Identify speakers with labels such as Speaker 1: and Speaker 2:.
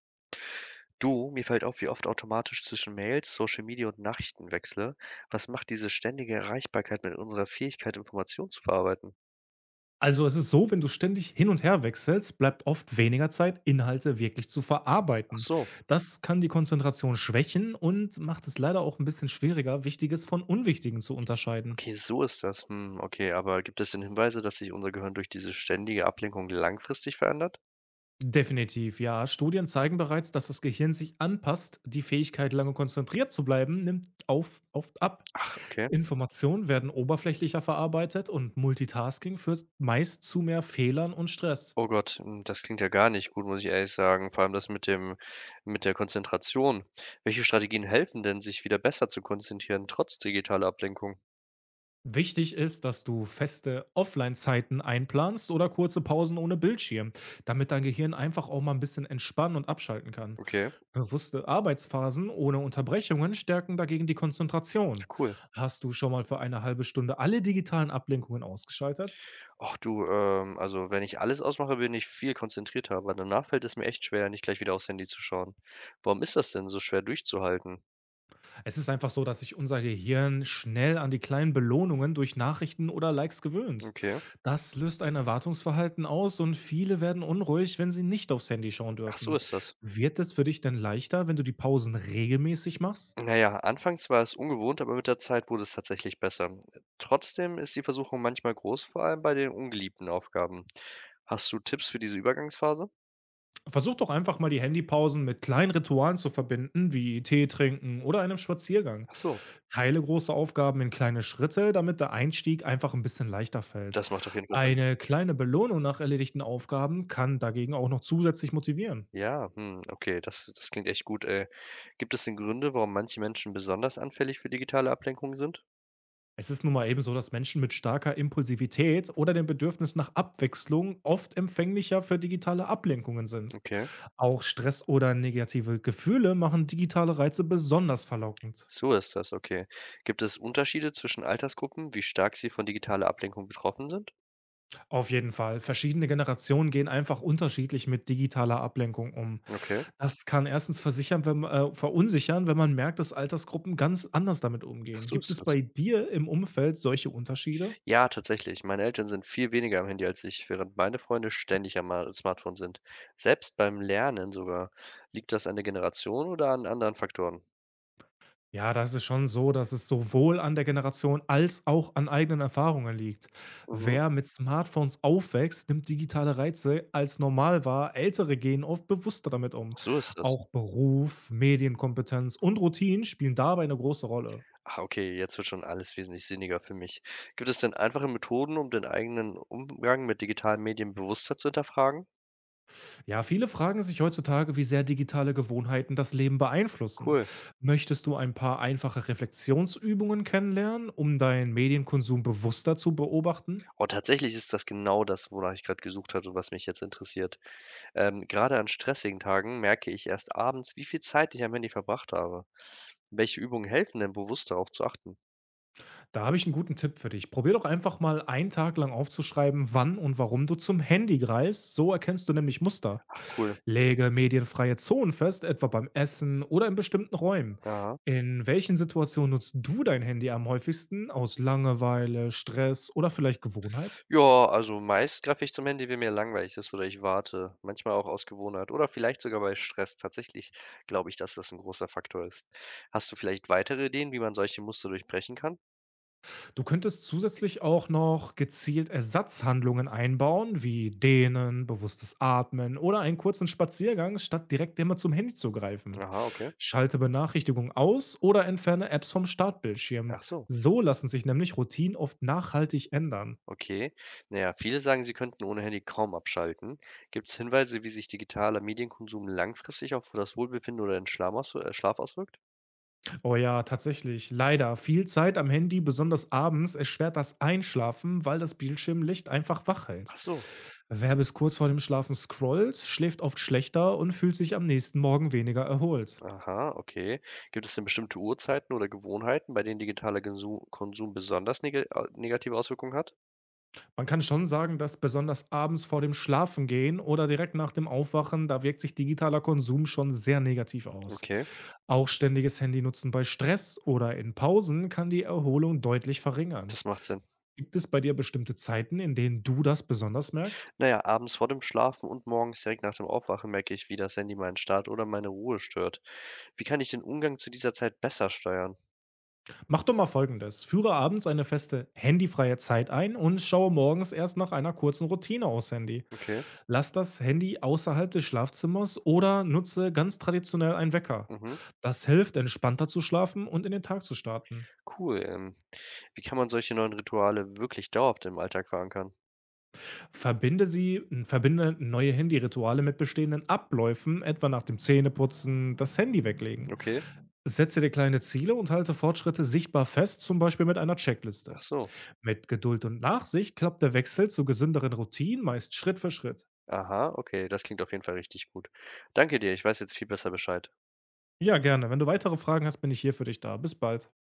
Speaker 1: Du, mir fällt auf, wie oft automatisch zwischen Mails, Social Media und Nachrichten wechsle. Was macht diese ständige Erreichbarkeit mit unserer Fähigkeit, Informationen zu verarbeiten?
Speaker 2: Also es ist so, wenn du ständig hin und her wechselst, bleibt oft weniger Zeit, Inhalte wirklich zu
Speaker 1: Ach
Speaker 2: verarbeiten.
Speaker 1: so,
Speaker 2: Das kann die Konzentration schwächen und macht es leider auch ein bisschen schwieriger, Wichtiges von Unwichtigen zu unterscheiden.
Speaker 1: okay, so ist das. Hm, okay, aber gibt es denn Hinweise, dass sich unser Gehirn durch diese ständige Ablenkung langfristig verändert?
Speaker 2: Definitiv, ja. Studien zeigen bereits, dass das Gehirn sich anpasst. Die Fähigkeit, lange konzentriert zu bleiben, nimmt auf, oft ab.
Speaker 1: Ach, okay.
Speaker 2: Informationen werden oberflächlicher verarbeitet und Multitasking führt meist zu mehr Fehlern und Stress.
Speaker 1: Oh Gott, hm, das klingt ja gar nicht gut, muss ich ehrlich sagen. Vor allem mit der Konzentration. Welche Strategien helfen denn, sich wieder besser zu konzentrieren, trotz digitaler Ablenkung?
Speaker 2: Wichtig ist, dass du feste Offline-Zeiten einplanst oder kurze Pausen ohne Bildschirm, damit dein Gehirn einfach auch mal ein bisschen entspannen und abschalten kann.
Speaker 1: Okay,
Speaker 2: Bewusste Arbeitsphasen ohne Unterbrechungen stärken dagegen die Konzentration.
Speaker 1: cool.
Speaker 2: Hast du schon mal für eine halbe Stunde alle digitalen Ablenkungen ausgeschaltet?
Speaker 1: Ach du, also wenn ich alles ausmache, bin ich viel konzentrierter, aber danach fällt es mir echt schwer, nicht gleich wieder aufs Handy zu schauen. Warum ist das denn so schwer durchzuhalten?
Speaker 2: Es ist einfach so, dass sich unser Gehirn schnell an die kleinen Belohnungen durch Nachrichten oder Likes gewöhnt.
Speaker 1: Okay.
Speaker 2: Das löst ein Erwartungsverhalten aus und viele werden unruhig, wenn sie nicht aufs Handy schauen
Speaker 1: Ach, so
Speaker 2: dürfen.
Speaker 1: ist das.
Speaker 2: Wird es für dich denn leichter, wenn du die Pausen regelmäßig machst?
Speaker 1: Naja, anfangs war es ungewohnt, aber mit der Zeit wurde es tatsächlich besser. Trotzdem ist die Versuchung manchmal groß, vor allem bei den ungeliebten Aufgaben. Hast du Tipps für diese Übergangsphase?
Speaker 2: Versuch doch einfach mal die Handypausen mit kleinen Ritualen zu verbinden, wie Tee trinken oder einem Spaziergang.
Speaker 1: Ach so,
Speaker 2: Teile große Aufgaben in kleine Schritte, damit der Einstieg einfach ein bisschen leichter fällt.
Speaker 1: das macht auf jeden Fall Sinn.
Speaker 2: Eine kleine Belohnung nach erledigten Aufgaben kann dagegen auch noch zusätzlich motivieren.
Speaker 1: Ja, hm, okay, das klingt echt gut. Gibt es denn Gründe, warum manche Menschen besonders anfällig für digitale Ablenkungen sind?
Speaker 2: Es ist nun mal eben so, dass Menschen mit starker Impulsivität oder dem Bedürfnis nach Abwechslung oft empfänglicher für digitale Ablenkungen sind.
Speaker 1: Okay.
Speaker 2: Auch Stress oder negative Gefühle machen digitale Reize besonders verlockend.
Speaker 1: So ist das, okay. Gibt es Unterschiede zwischen Altersgruppen, wie stark sie von digitaler Ablenkung betroffen sind?
Speaker 2: Auf jeden Fall. Verschiedene Generationen gehen einfach unterschiedlich mit digitaler Ablenkung um.
Speaker 1: Okay.
Speaker 2: Das kann erstens versichern, wenn verunsichern, wenn man merkt, dass Altersgruppen ganz anders damit
Speaker 1: Ach,
Speaker 2: umgehen.
Speaker 1: so
Speaker 2: Gibt
Speaker 1: ist
Speaker 2: es
Speaker 1: das.
Speaker 2: bei dir im Umfeld solche Unterschiede?
Speaker 1: Ja, tatsächlich. Meine Eltern sind viel weniger am Handy als ich, während meine Freunde ständig Smartphone sind. Selbst beim Lernen sogar. Liegt das an der Generation oder an anderen Faktoren?
Speaker 2: Ja, das ist schon so, dass es sowohl an der Generation als auch an eigenen Erfahrungen liegt.
Speaker 1: Mhm.
Speaker 2: Wer mit Smartphones aufwächst, nimmt digitale Reize als normal wahr. Ältere gehen oft bewusster damit um.
Speaker 1: So ist das.
Speaker 2: Auch Beruf, Medienkompetenz und Routinen spielen dabei eine große Rolle.
Speaker 1: Ah, okay, jetzt wird schon alles wesentlich sinniger für mich. Gibt es denn einfache Methoden, um den eigenen Umgang mit digitalen Medien bewusster zu hinterfragen?
Speaker 2: Ja, viele fragen sich heutzutage, wie sehr digitale Gewohnheiten das Leben beeinflussen.
Speaker 1: Cool.
Speaker 2: Möchtest du ein paar einfache Reflexionsübungen kennenlernen, um deinen Medienkonsum bewusster zu beobachten?
Speaker 1: Oh, tatsächlich ist das genau das, wonach ich gerade gesucht hatte, und was mich jetzt interessiert. Grade an stressigen Tagen merke ich erst abends, wie viel Zeit ich am Handy verbracht habe. Welche Übungen helfen denn, bewusst darauf zu achten?
Speaker 2: Da habe ich einen guten Tipp für dich. Probier doch einfach mal einen Tag lang aufzuschreiben, wann und warum du zum Handy greifst. So erkennst du nämlich Muster.
Speaker 1: Ach cool.
Speaker 2: Lege medienfreie Zonen fest, etwa beim Essen oder in bestimmten Räumen.
Speaker 1: Ja.
Speaker 2: In welchen Situationen nutzt du dein Handy am häufigsten? Aus Langeweile, Stress oder vielleicht Gewohnheit?
Speaker 1: Ja, also meist greife ich zum Handy, wenn mir langweilig ist oder ich warte, manchmal auch aus Gewohnheit oder vielleicht sogar bei Stress. Tatsächlich glaube ich, dass das ein großer Faktor ist. Hast du vielleicht weitere Ideen, wie man solche Muster durchbrechen kann?
Speaker 2: Du könntest zusätzlich auch noch gezielt Ersatzhandlungen einbauen, wie Dehnen, bewusstes Atmen oder einen kurzen Spaziergang, statt direkt immer zum Handy zu greifen.
Speaker 1: Aha, okay.
Speaker 2: Schalte Benachrichtigungen aus oder entferne Apps vom Startbildschirm.
Speaker 1: Ach so.
Speaker 2: So lassen sich nämlich Routinen oft nachhaltig ändern.
Speaker 1: Okay. Naja, viele sagen, sie könnten ohne Handy kaum abschalten. Gibt es Hinweise, wie sich digitaler Medienkonsum langfristig auf das Wohlbefinden oder den Schlaf ausw Schlaf auswirkt?
Speaker 2: Oh ja, tatsächlich. Leider. Viel Zeit am Handy, besonders abends, erschwert das Einschlafen, weil das Bildschirmlicht einfach wach hält.
Speaker 1: Ach so.
Speaker 2: Wer bis kurz vor dem Schlafen scrollt, schläft oft schlechter und fühlt sich am nächsten Morgen weniger erholt.
Speaker 1: Aha, okay. Gibt es denn bestimmte Uhrzeiten oder Gewohnheiten, bei denen digitaler Gensu Konsum besonders nege negative Auswirkungen hat?
Speaker 2: Man kann schon sagen, dass besonders abends vor dem Schlafengehen oder direkt nach dem Aufwachen, da wirkt sich digitaler Konsum schon sehr negativ aus.
Speaker 1: Okay,
Speaker 2: Auch ständiges Handynutzen bei Stress oder in Pausen kann die Erholung deutlich verringern.
Speaker 1: das macht Sinn.
Speaker 2: Gibt es bei dir bestimmte Zeiten, in denen du das besonders merkst?
Speaker 1: Naja, abends vor dem Schlafen und morgens direkt nach dem Aufwachen merke ich, wie das Handy meinen Start oder meine Ruhe stört. Wie kann ich den Umgang zu dieser Zeit besser steuern?
Speaker 2: Mach doch mal folgendes. Führe abends eine feste handyfreie Zeit ein und schaue morgens erst nach einer kurzen Routine aufs Handy.
Speaker 1: Okay.
Speaker 2: Lass das Handy außerhalb des Schlafzimmers oder nutze ganz traditionell einen Wecker.
Speaker 1: Mhm.
Speaker 2: Das hilft, entspannter zu schlafen und in den Tag zu starten.
Speaker 1: Cool, wie kann man solche neuen Rituale wirklich dauerhaft im Alltag verankern?
Speaker 2: Verbinde neue Handyrituale mit bestehenden Abläufen, etwa nach dem Zähneputzen, das Handy weglegen.
Speaker 1: Okay,
Speaker 2: Setze dir kleine Ziele und halte Fortschritte sichtbar fest, zum Beispiel mit einer
Speaker 1: ach
Speaker 2: Checkliste.
Speaker 1: so.
Speaker 2: Mit Geduld und Nachsicht klappt der Wechsel zu gesünderen Routinen meist Schritt für Schritt.
Speaker 1: Aha, okay, das klingt auf jeden Fall richtig gut. Danke dir, ich weiß jetzt viel besser Bescheid.
Speaker 2: Ja, gerne. Wenn du weitere Fragen hast, bin ich hier für dich da. Bis bald.